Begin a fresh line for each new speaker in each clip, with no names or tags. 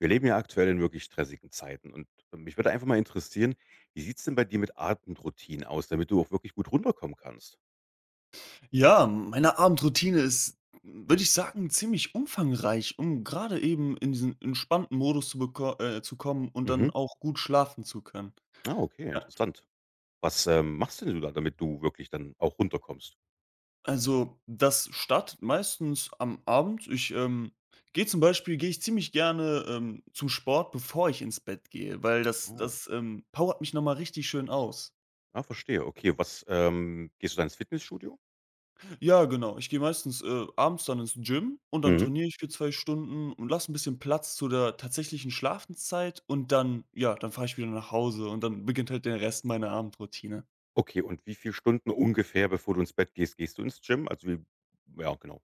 Wir leben ja aktuell in wirklich stressigen Zeiten und mich würde einfach mal interessieren, wie sieht's denn bei dir mit Abendroutinen aus, damit du auch wirklich gut runterkommen kannst?
Ja, meine Abendroutine ist, würde ich sagen, ziemlich umfangreich, um gerade eben in diesen entspannten Modus zu beko zu kommen und
Mhm.
dann auch gut schlafen zu können.
Ah, okay,
Ja.
interessant. Was machst denn du da, damit du wirklich dann auch runterkommst?
Also, das startet meistens am Abend. Gehe ich ziemlich gerne, zum Sport, bevor ich ins Bett gehe, weil das
Oh,
das, ähm, powert mich noch mal richtig schön aus.
ah, verstehe. Okay, gehst du dann ins Fitnessstudio?
Ja, genau. Ich gehe meistens, abends dann ins Gym und dann
Mhm.
trainiere ich für 2 Stunden und lasse ein bisschen Platz zu der tatsächlichen Schlafenszeit und dann ja, dann fahre ich wieder nach Hause und dann beginnt halt der Rest meiner Abendroutine.
Okay, und wie viel Stunden ungefähr, bevor du ins Bett gehst, gehst du ins Gym? Also, wie ja, genau.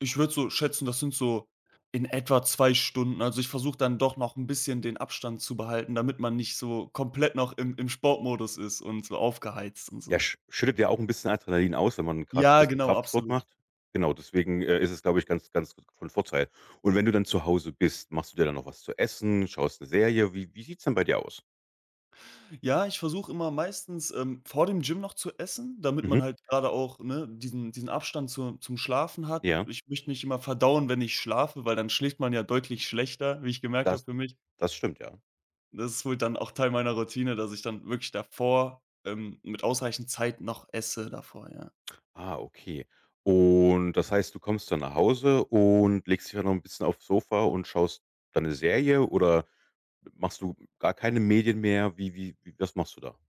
Ich würde so schätzen, das sind so in etwa 2 Stunden. Also, ich versuche dann doch noch ein bisschen den Abstand zu behalten, damit man nicht so komplett noch im Sportmodus ist und so aufgeheizt und
Ja,
so.
schüttet ja auch 'n bisschen Adrenalin aus, wenn man grad
Ja,
bisschen
genau,
Kraftsport
absolut.
macht. Genau, deswegen, ist es, glaube ich, ganz ganz von Vorteil. Und wenn du dann zu Hause bist, machst du dir dann noch was zu essen, schaust 'ne Serie? Wie sieht's denn bei dir aus?
Ja, ich versuche immer meistens, vor dem Gym noch zu essen, damit
Mhm.
man halt gerade auch, ne, diesen Abstand zu zum Schlafen hat.
Ja,
Ich möchte nicht immer verdauen, wenn ich schlafe, weil dann schläft man ja deutlich schlechter, wie ich gemerkt habe
das
für mich.
das stimmt, ja.
Das ist wohl dann auch Teil meiner Routine, dass ich dann wirklich davor, mit ausreichend Zeit noch esse davor, ja.
Ah, okay. Und das heißt, du kommst dann nach Hause und legst dich dann noch 'n bisschen aufs Sofa und schaust dann 'ne Serie oder machst du gar keine Medien mehr? Wie wie wie was machst du da?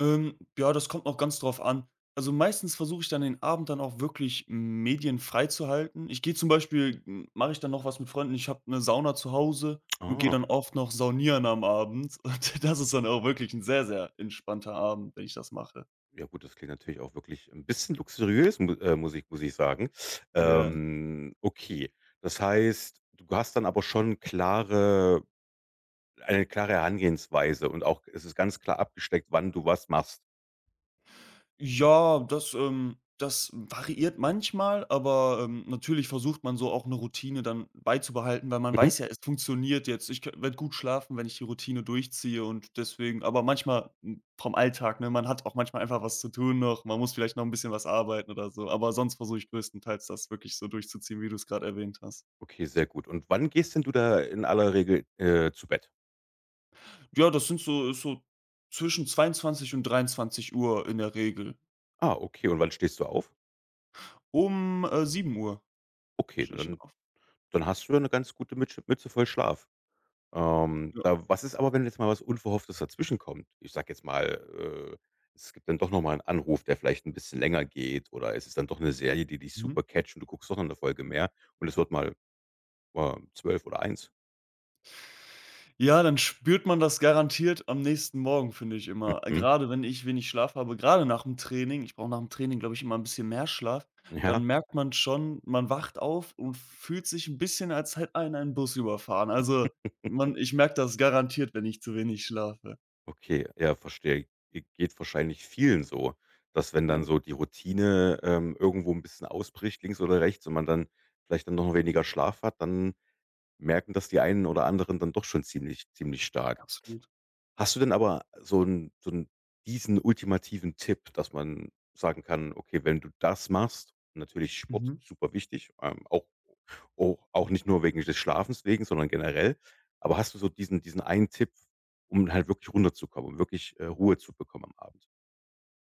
Ja, das kommt noch ganz drauf an. Also meistens versuche ich dann den Abend dann auch wirklich medienfrei zu halten. Ich gehe zum Beispiel hm, mache ich dann noch was mit Freunden. Ich habe eine Sauna zu Hause und gehe
Ah.
dann oft noch saunieren am Abend. Und das ist dann auch wirklich ein sehr, sehr entspannter Abend, wenn ich das mache.
Ja gut, das klingt natürlich auch wirklich ein bisschen luxuriös, mu muss ich sagen.
Ja.
Okay, das heißt, du hast dann aber schon klare eine klare Herangehensweise und auch es ist ganz klar abgesteckt, wann du was machst.
Ja, das variiert manchmal, aber, natürlich versucht man so auch eine Routine dann beizubehalten, weil man
Mhm.
weiß ja, es funktioniert jetzt. Ich werde gut schlafen, wenn ich die Routine durchziehe und deswegen aber manchmal, vom Alltag, ne, man hat auch manchmal einfach was zu tun noch, man muss vielleicht noch ein bisschen was arbeiten oder so, aber sonst versuche ich größtenteils das wirklich so durchzuziehen, wie du es gerade erwähnt hast.
Okay, sehr gut. Und wann gehst denn du da in aller Regel, zu Bett?
Ja, das sind so ist so zwischen 22 und 23 Uhr in der Regel.
Ah, okay. Und wann stehst du auf?
Um 7 Uhr
Okay, na
stehe ich
dann
auf.
dann hast du ja 'ne ganz gute Mütze voll Schlaf.
Ja.
Da was ist aber, wenn jetzt mal was Unverhofftes dazwischenkommt? Ich sage jetzt mal, es gibt dann doch noch mal 'n Anruf, der vielleicht ein bisschen länger geht oder es ist dann doch eine Serie, die dich
Mhm.
super catcht und du guckst doch noch eine Folge mehr und es wird mal, 12 oder eins.
Ja, dann spürt man das garantiert am nächsten Morgen, finde ich immer. Äh,
Mhm.
grade wenn ich wenig Schlaf habe, gerade nach dem Training. Ich brauche nach dem Training, glaube ich, immer ein bisschen mehr Schlaf.
Ja,
Dann merkt man schon, man wacht auf und fühlt sich ein bisschen, als hätte einen ein Bus überfahren. Also, man ich merke das garantiert, wenn ich zu wenig schlafe.
okay. Ja, verstehe. Ge geht wahrscheinlich vielen so, dass wenn dann
Ja,
so die Routine, irgendwo ein bisschen ausbricht, links oder rechts und man dann vielleicht dann noch weniger Schlaf hat, dann merken das die einen oder anderen dann doch schon ziemlich ziemlich stark.
absolut.
Hast du denn aber so 'n diesen ultimativen Tipp, dass man sagen kann: „Okay, wenn du das machst“, natürlich Sport
Mhm.
super wichtig, auch nicht nur wegen des Schlafens wegen, sondern generell. Aber hast du so diesen einen Tipp, um halt wirklich runterzukommen, um wirklich, Ruhe zu bekommen am Abend?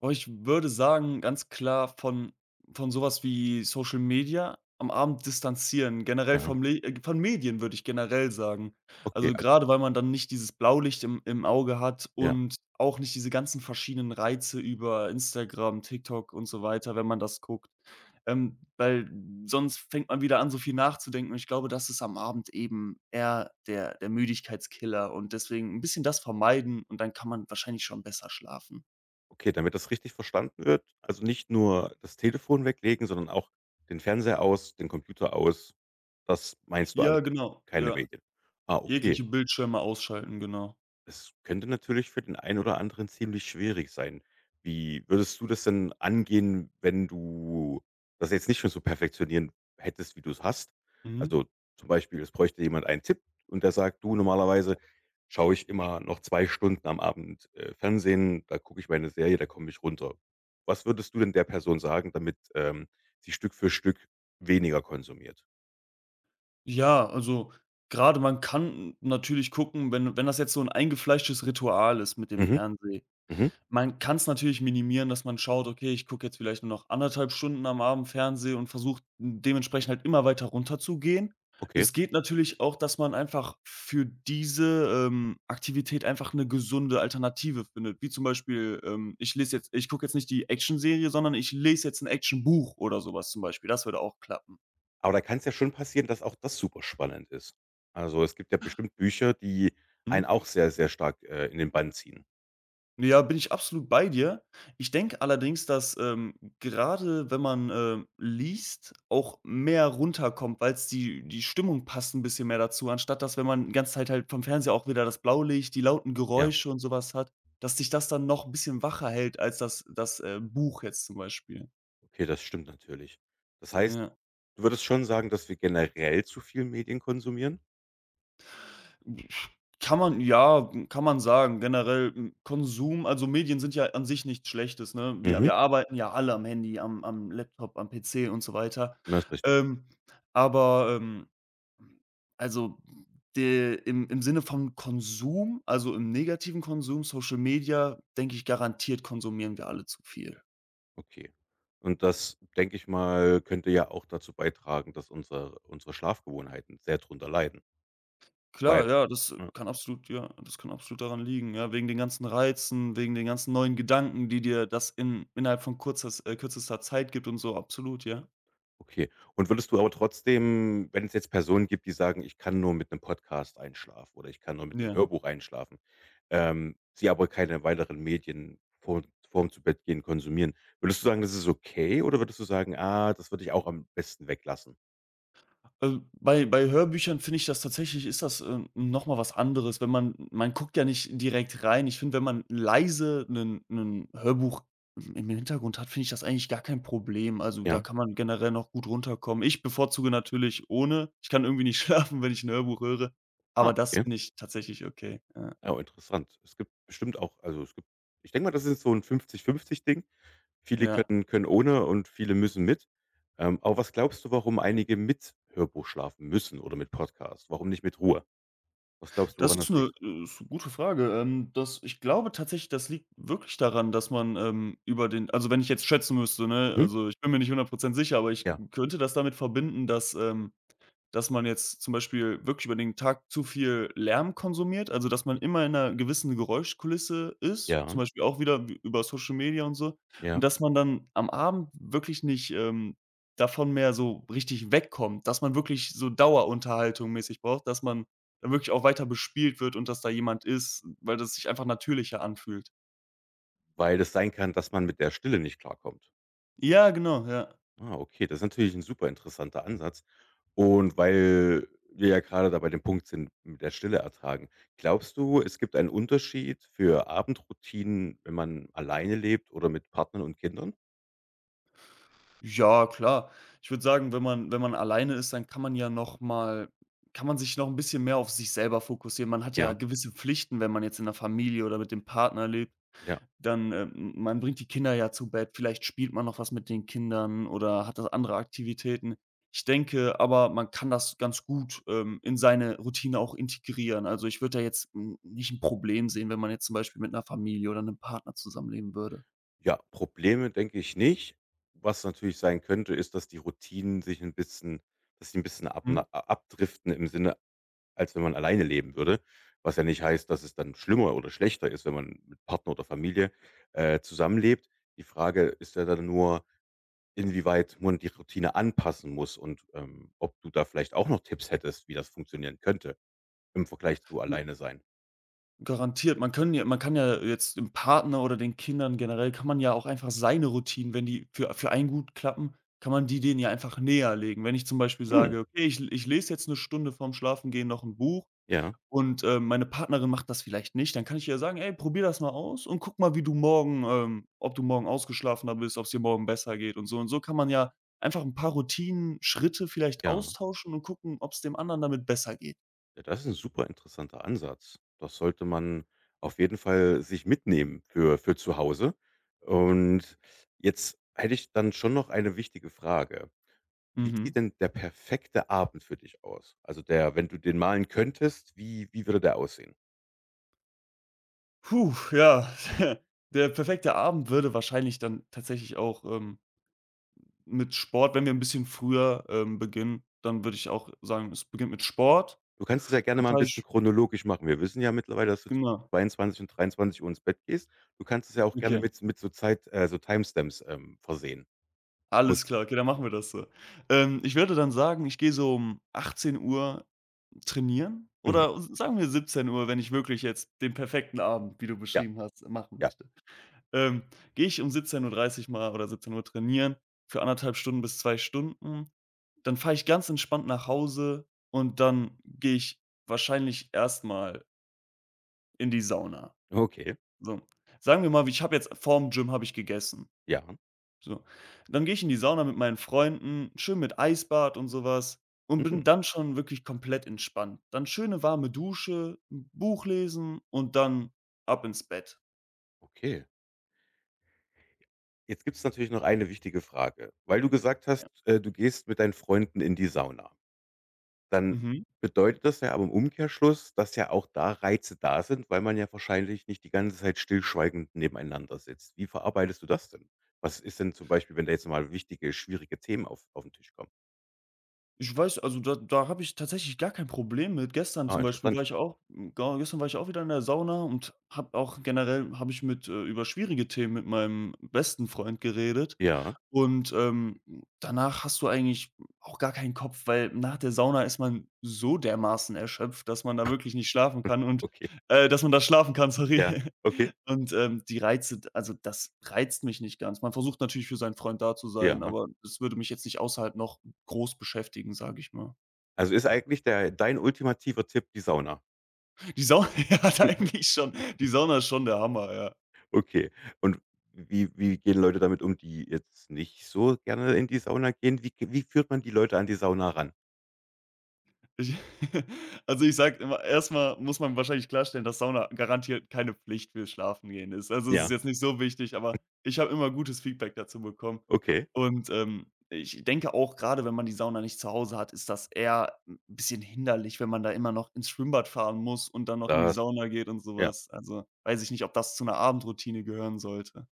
Oh, ich würde sagen, ganz klar von sowas wie Social Media am Abend distanzieren, generell
Ja,
vom Le von Medien, würde ich generell sagen.
okay,
Also,
also
gerade weil man dann nicht dieses Blaulicht im Auge hat
ja,
und auch nicht diese ganzen verschiedenen Reize über Instagram, TikTok und so weiter, wenn man das guckt. Weil Sonst fängt man wieder an, so viel nachzudenken, und ich glaube, das ist am Abend eben eher der Müdigkeitskiller und deswegen ein bisschen das vermeiden und dann kann man wahrscheinlich schon besser schlafen.
okay, damit das richtig verstanden wird, also nicht nur das Telefon weglegen, sondern auch den Fernseher aus, den Computer aus. Das meinst du alles?
Ja, genau.
Keine
Ja,
Medien. Ah, okay.
jegliche Bildschirme ausschalten, genau.
Es könnte natürlich für den einen oder anderen ziemlich schwierig sein. Wie würdest du das denn angehen, wenn du das jetzt nicht schon so perfektionieren hättest, wie du es hast?
Mhm.
Also, zum Beispiel, es bräuchte jemand einen Tipp und der sagt: „Du, normalerweise schaue ich immer noch 2 Stunden am Abend, Fernsehen, da gucke ich meine Serie, da komme ich runter.“ Was würdest du denn der Person sagen, damit, sie Stück für Stück weniger konsumiert?
Ja, also grade, man kann natürlich gucken, wenn das jetzt so 'n eingefleischtes Ritual ist mit dem
Mhm,
Fernsehen.
mhm,
Man kann es natürlich minimieren, dass man schaut: „Okay, ich gucke jetzt vielleicht nur noch anderthalb Stunden am Abend Fernsehen“ und versucht dementsprechend halt immer weiter runterzugehen.
okay.
Es geht natürlich auch, dass man einfach für diese, Aktivität einfach eine gesunde Alternative findet, wie zum Beispiel, ich gucke jetzt nicht die Action-Serie, sondern ich lese jetzt ein Action-Buch oder sowas zum Beispiel. Das würde auch klappen.
Aber da kann es ja schon passieren, dass auch das super spannend ist. Also, es gibt ja bestimmt Bücher, die einen
Mhm.
auch sehr, sehr stark, in den Bann ziehen.
Ja, bin ich absolut bei dir. Ich denke allerdings, dass, gerade wenn man, liest, auch mehr runterkommt, weil es die Stimmung passt ein bisschen mehr dazu, anstatt dass, wenn man die ganze Zeit halt vom Fernseher auch wieder das Blaulicht, die lauten
Ja,
Geräusche und sowas hat, dass dich das dann noch ein bisschen wacher hält als das Buch jetzt zum Beispiel.
okay, das stimmt natürlich. Das heißt,
Ja.
du würdest schon sagen, dass wir generell zu viel Medien konsumieren?
Kann man ja, kann man sagen. Generell, Konsum, also Medien sind ja an sich nichts Schlechtes, ne? Wir
Mhm.
wir arbeiten ja alle am Handy, am Laptop, am PC und so weiter.
Das ist richtig.
Ähm, aber, also, de im im Sinne von Konsum, also im negativen Konsum, Social Media, denke ich, garantiert konsumieren wir alle zu viel.
Okay. Und das, denke ich mal, könnte ja auch dazu beitragen, dass unsere Schlafgewohnheiten sehr drunter leiden, weil
Klar, ja,
ja.
das kann absolut daran liegen, ja, wegen den ganzen Reizen, wegen den ganzen neuen Gedanken, die dir das in innerhalb von kurzes kürzester Zeit gibt und so, absolut, ja.
Okay. Und würdest du aber trotzdem, wenn es jetzt Personen gibt, die sagen: „Ich kann nur mit einem Podcast einschlafen“ oder „Ich kann nur mit 'nem
Ja.
Hörbuch einschlafen“, sie aber keine weiteren Medien vorm zu Bett gehen konsumieren. Würdest du sagen, das ist okay oder würdest du sagen: „Ah, das würde ich auch am besten weglassen?“
Also, bei Hörbüchern finde ich das tatsächlich, ist das, noch mal was anderes, wenn man guckt ja nicht direkt rein. Ich finde, wenn man leise ein 'nen Hörbuch im Hintergrund hat, finde ich das eigentlich gar kein Problem. Also, da
Ja?
kann man generell noch gut runterkommen. Ich bevorzuge natürlich ohne. Ich kann irgendwie nicht schlafen, wenn ich ein Hörbuch höre,
Ah,
aber das
okay.
finde ich tatsächlich okay. Ja,
Ah, interessant. Es gibt bestimmt auch also, es gibt ich denke mal, das ist so ein 50-50 Ding. Viele
ja.
können ohne und viele müssen mit. Aber was glaubst du, warum einige mit Hörbuch schlafen müssen oder mit Podcast? Warum nicht mit Ruhe? Was glaubst du,
Das
woran
ist
das
eine
liegt?
ist 'ne gute Frage. Das ich glaube tatsächlich, das liegt wirklich daran, dass man, über den also, wenn ich jetzt schätzen müsste, ne,
Hm?
also, ich bin mir nicht 100 sicher, aber ich
Ja,
könnte das damit verbinden, dass, dass man jetzt zum Beispiel wirklich über den Tag zu viel Lärm konsumiert, also, dass man immer in einer gewissen Geräuschkulisse ist, zum
ja,
Beispiel auch wieder w über Social Media und so. Und
ja,
dass man dann am Abend wirklich nicht, davon mehr so richtig wegkommt, dass man wirklich so Dauerunterhaltung mäßig braucht, dass man dann wirklich auch weiter bespielt wird und dass da jemand ist, weil das sich einfach natürlicher anfühlt.
weil es sein kann, dass man mit der Stille nicht klarkommt.
Ja, genau, ja.
Ah, okay, das ist natürlich ein super interessanter Ansatz. Und weil wir ja gerade da bei dem Punkt sind, mit der Stille ertragen. Glaubst du, es gibt einen Unterschied für Abendroutinen, wenn man alleine lebt oder mit Partnern und Kindern?
Ja, klar. Ich würde sagen, wenn man alleine ist, dann kann man ja noch mal kann man sich noch ein bisschen mehr auf sich selber fokussieren. Man hat ja
Ja,
gewisse Pflichten, wenn man jetzt in der Familie oder mit dem Partner lebt,
ja,
dann, m man bringt die Kinder ja zu Bett, vielleicht spielt man noch was mit den Kindern oder hat da andere Aktivitäten. Ich denke aber, man kann das ganz gut, in seine Routine auch integrieren. Also, ich würde da jetzt n nicht ein Problem sehen, wenn man jetzt zum Beispiel mit einer Familie oder einem Partner zusammenleben würde.
ja. Probleme denke ich nicht. Was natürlich sein könnte, ist, dass die Routinen sich ein bisschen dass sie ein bisschen
Mhm.
abna abdriften im Sinne als wenn man alleine leben würde, was ja nicht heißt, dass es dann schlimmer oder schlechter ist, wenn man mit Partner oder Familie, zusammenlebt. Die Frage ist ja dann nur, inwieweit man die Routine anpassen muss und ob du da vielleicht auch noch Tipps hättest, wie das funktionieren könnte im Vergleich zu alleine sein.
Garantiert. Man kann ja jetzt dem Partner oder den Kindern, generell kann man ja auch einfach seine Routinen, wenn die für einen gut klappen, kann man die denen ja einfach näherlegen. Wenn ich zum Beispiel
Hm,
sage: „Okay, ich lese jetzt eine Stunde vorm Schlafengehen noch ein Buch
ja,
und, meine Partnerin macht das vielleicht nicht“, dann kann ich ja sagen: „Ey, probier das mal aus und guck mal, wie du morgen ob du morgen ausgeschlafener bist, ob's dir morgen besser geht und so.“ Und so kann man ja einfach ein paar Routinen, Schritte vielleicht
ja.
austauschen und gucken, ob's dem anderen damit besser geht.
Ja, das ist ein super interessanter Ansatz. Das sollte man auf jeden Fall sich mitnehmen für zu Hause. Und jetzt hätte ich dann schon noch eine wichtige Frage. Wie sieht
Mhm.
denn der perfekte Abend für dich aus? Also der wenn du den malen könntest, wie würde der aussehen?
Puh, ja. Der perfekte Abend würde wahrscheinlich dann tatsächlich auch, mit Sport, wenn wir ein bisschen früher, beginnen, dann würde ich auch sagen, es beginnt mit Sport.
Du kannst es ja gerne
Dann
mal ein
fahre
bisschen
ich
chronologisch machen. Wir wissen ja mittlerweile, dass du
Genau,
22 und 23:00 ins Bett gehst. Du kannst es ja auch gerne
okay,
mit so Timestamps, versehen. Aus-
alles klar, okay, dann machen wir das so. Ich würde dann sagen, ich gehe so um 18 Uhr trainieren
Mhm.
oder sagen wir 17 Uhr, wenn ich wirklich jetzt den perfekten Abend, wie du
Ja,
beschrieben hast, machen
ja.
möchte. Ähm, gehe ich um 17:30 mal oder 17 Uhr trainieren für anderthalb Stunden bis 2 Stunden. Dann fahre ich ganz entspannt nach Hause und dann gehe ich wahrscheinlich erstmal in die Sauna.
Okay.
So. Sagen wir mal, ich habe jetzt vorm Gym habe ich gegessen.
Ja.
So. Dann gehe ich in die Sauna mit meinen Freunden, schön mit Eisbad und sowas, und
Mhm.
bin dann schon wirklich komplett entspannt. Dann schöne warme Dusche, Buch lesen und dann ab ins Bett.
Okay. Jetzt gibt es natürlich noch eine wichtige Frage. Weil du gesagt hast, du gehst mit deinen Freunden in die Sauna. Dann
Mhm.
bedeutet das ja aber im Umkehrschluss, dass ja auch da Reize da sind, weil man ja wahrscheinlich nicht die ganze Zeit stillschweigend nebeneinander sitzt. Wie verarbeitest du das denn? Was ist denn zum Beispiel, wenn da jetzt mal wichtige, schwierige Themen auf den Tisch kommen?
Ich weiß, also, da habe ich tatsächlich gar kein Problem mit. Gestern
Ah,
zum Beispiel war
interessant.
ich auch hm, ga gestern war ich auch wieder in der Sauna und habe auch generell habe ich mit über schwierige Themen mit meinem besten Freund geredet
Ja,
und, danach hast du eigentlich auch gar keinen Kopf, weil nach der Sauna ist man so dermaßen erschöpft, dass man da wirklich nicht schlafen kann und
okay.
dass man da schlafen kann, sorry.
Ja. Okay,
Und, die Reize also, das reizt mich nicht ganz. Man versucht natürlich für seinen Freund da zu sein,
ja.
aber das würde mich jetzt nicht außerhalb noch groß beschäftigen, sage ich mal.
Also, ist eigentlich der dein ultimativer Tipp die Sauna?
Die Sau Ja, eigentlich schon. Die Sauna ist schon der Hammer, ja.
Okay. Und wie gehen Leute damit um, die jetzt nicht so gerne in die Sauna gehen? Wie führt man die Leute an die Sauna ran?
Ich Also, ich sage immer, erstmal muss man wahrscheinlich klarstellen, dass Sauna garantiert keine Pflicht für Schlafen gehen ist. Also, es ist
Ja,
jetzt nicht so wichtig, aber ich habe immer gutes Feedback dazu bekommen.
okay.
Und, ich denke auch, gerade, wenn man die Sauna nicht zu Hause hat, ist das eher ein bisschen hinderlich, wenn man da immer noch ins Schwimmbad fahren muss und dann noch in die
Das
Sauna geht und
ja.
sowas. Also, weiß ich nicht, ob das zu einer Abendroutine gehören sollte.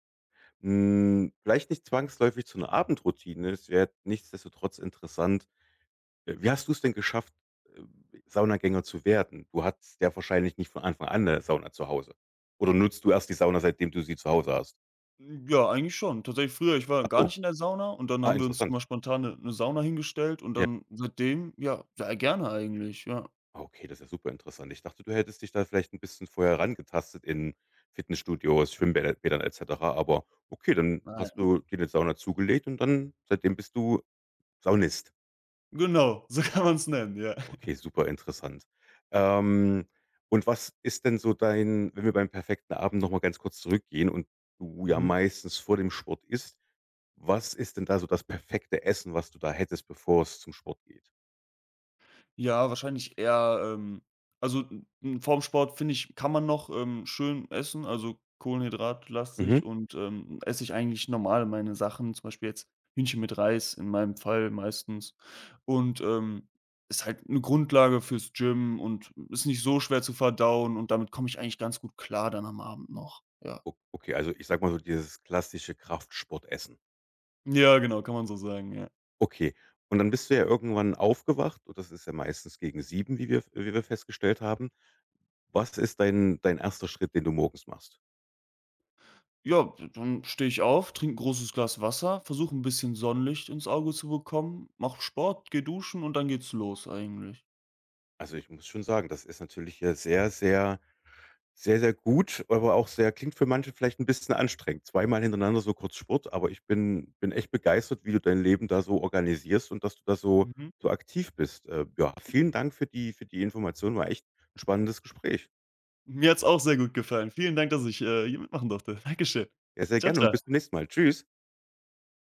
Hm, vielleicht nicht zwangsläufig zu 'ner Abendroutine. Es wäre nichtsdestotrotz interessant. Wie hast du's denn geschafft, äh, Saunagänger zu werden? Du hattest ja wahrscheinlich nicht von Anfang an 'ne Sauna zu Hause. Oder nutzt du erst die Sauna, seitdem du sie zu Hause hast?
Hm, ja, eigentlich schon. Tatsächlich früher, ich war
Ach
gar
so.
nicht in der Sauna, und dann
Ah,
haben wir uns immer
interessant.
spontan 'ne Sauna hingestellt und
Ja.
dann seitdem ja, ja gerne eigentlich, ja.
Ah, okay, das ist ja super interessant. Ich dachte, du hättest dich da vielleicht 'n bisschen vorher rangetastet in Fitnessstudios, Schwimmbäder Bädern et cetera, aber okay, dann hast
Nein.
du dir 'ne Sauna zugelegt und dann seitdem bist du Saunist.
Genau, so kann man's nennen, ja.
Okay, super interessant. Ähm, und was ist denn so dein wenn wir beim perfekten Abend noch mal ganz kurz zurückgehen und du ja
Mhm.
meistens vor dem Sport isst, was ist denn da so das perfekte Essen, was du da hättest, bevor es zum Sport geht?
Ja, wahrscheinlich eher, also, n 'n vorm Sport, finde ich, kann man noch, schön essen, also,
Mhm.
kohlenhydratlastig, und, esse ich eigentlich normal meine Sachen, zum Beispiel jetzt Hühnchen mit Reis in meinem Fall meistens, und, ist halt eine Grundlage fürs Gym und ist nicht so schwer zu verdauen und damit komme ich eigentlich ganz gut klar dann am Abend noch, ja.
O okay, also ich sage mal so dieses klassische Kraftsportessen.
Ja, genau, kann man so sagen, ja.
Okay. Und dann bist du ja irgendwann aufgewacht und das ist ja meistens gegen 7, wie wir festgestellt haben. Was ist dein erster Schritt, den du morgens machst?
Ja, dann stehe ich auf, trinke ein großes Glas Wasser, versuche ein bisschen Sonnenlicht ins Auge zu bekommen, mache Sport, gehe duschen und dann geht's los eigentlich.
Also, ich muss schon sagen, das ist natürlich ja sehr, sehr gut, aber auch sehr klingt für manche vielleicht 'n bisschen anstrengend. Zweimal hintereinander so kurz Sport, aber ich bin echt begeistert, wie du dein Leben da so organisierst und dass du da so
Mhm.
so aktiv bist. Ja, vielen Dank für die Information, war echt 'n spannendes Gespräch.
Mir hat's auch sehr gut gefallen. Vielen Dank, dass ich, hier mitmachen durfte. Dankeschön.
Ja, sehr
Ciao
gerne und
ciao.
bis zum nächsten Mal. Tschüss.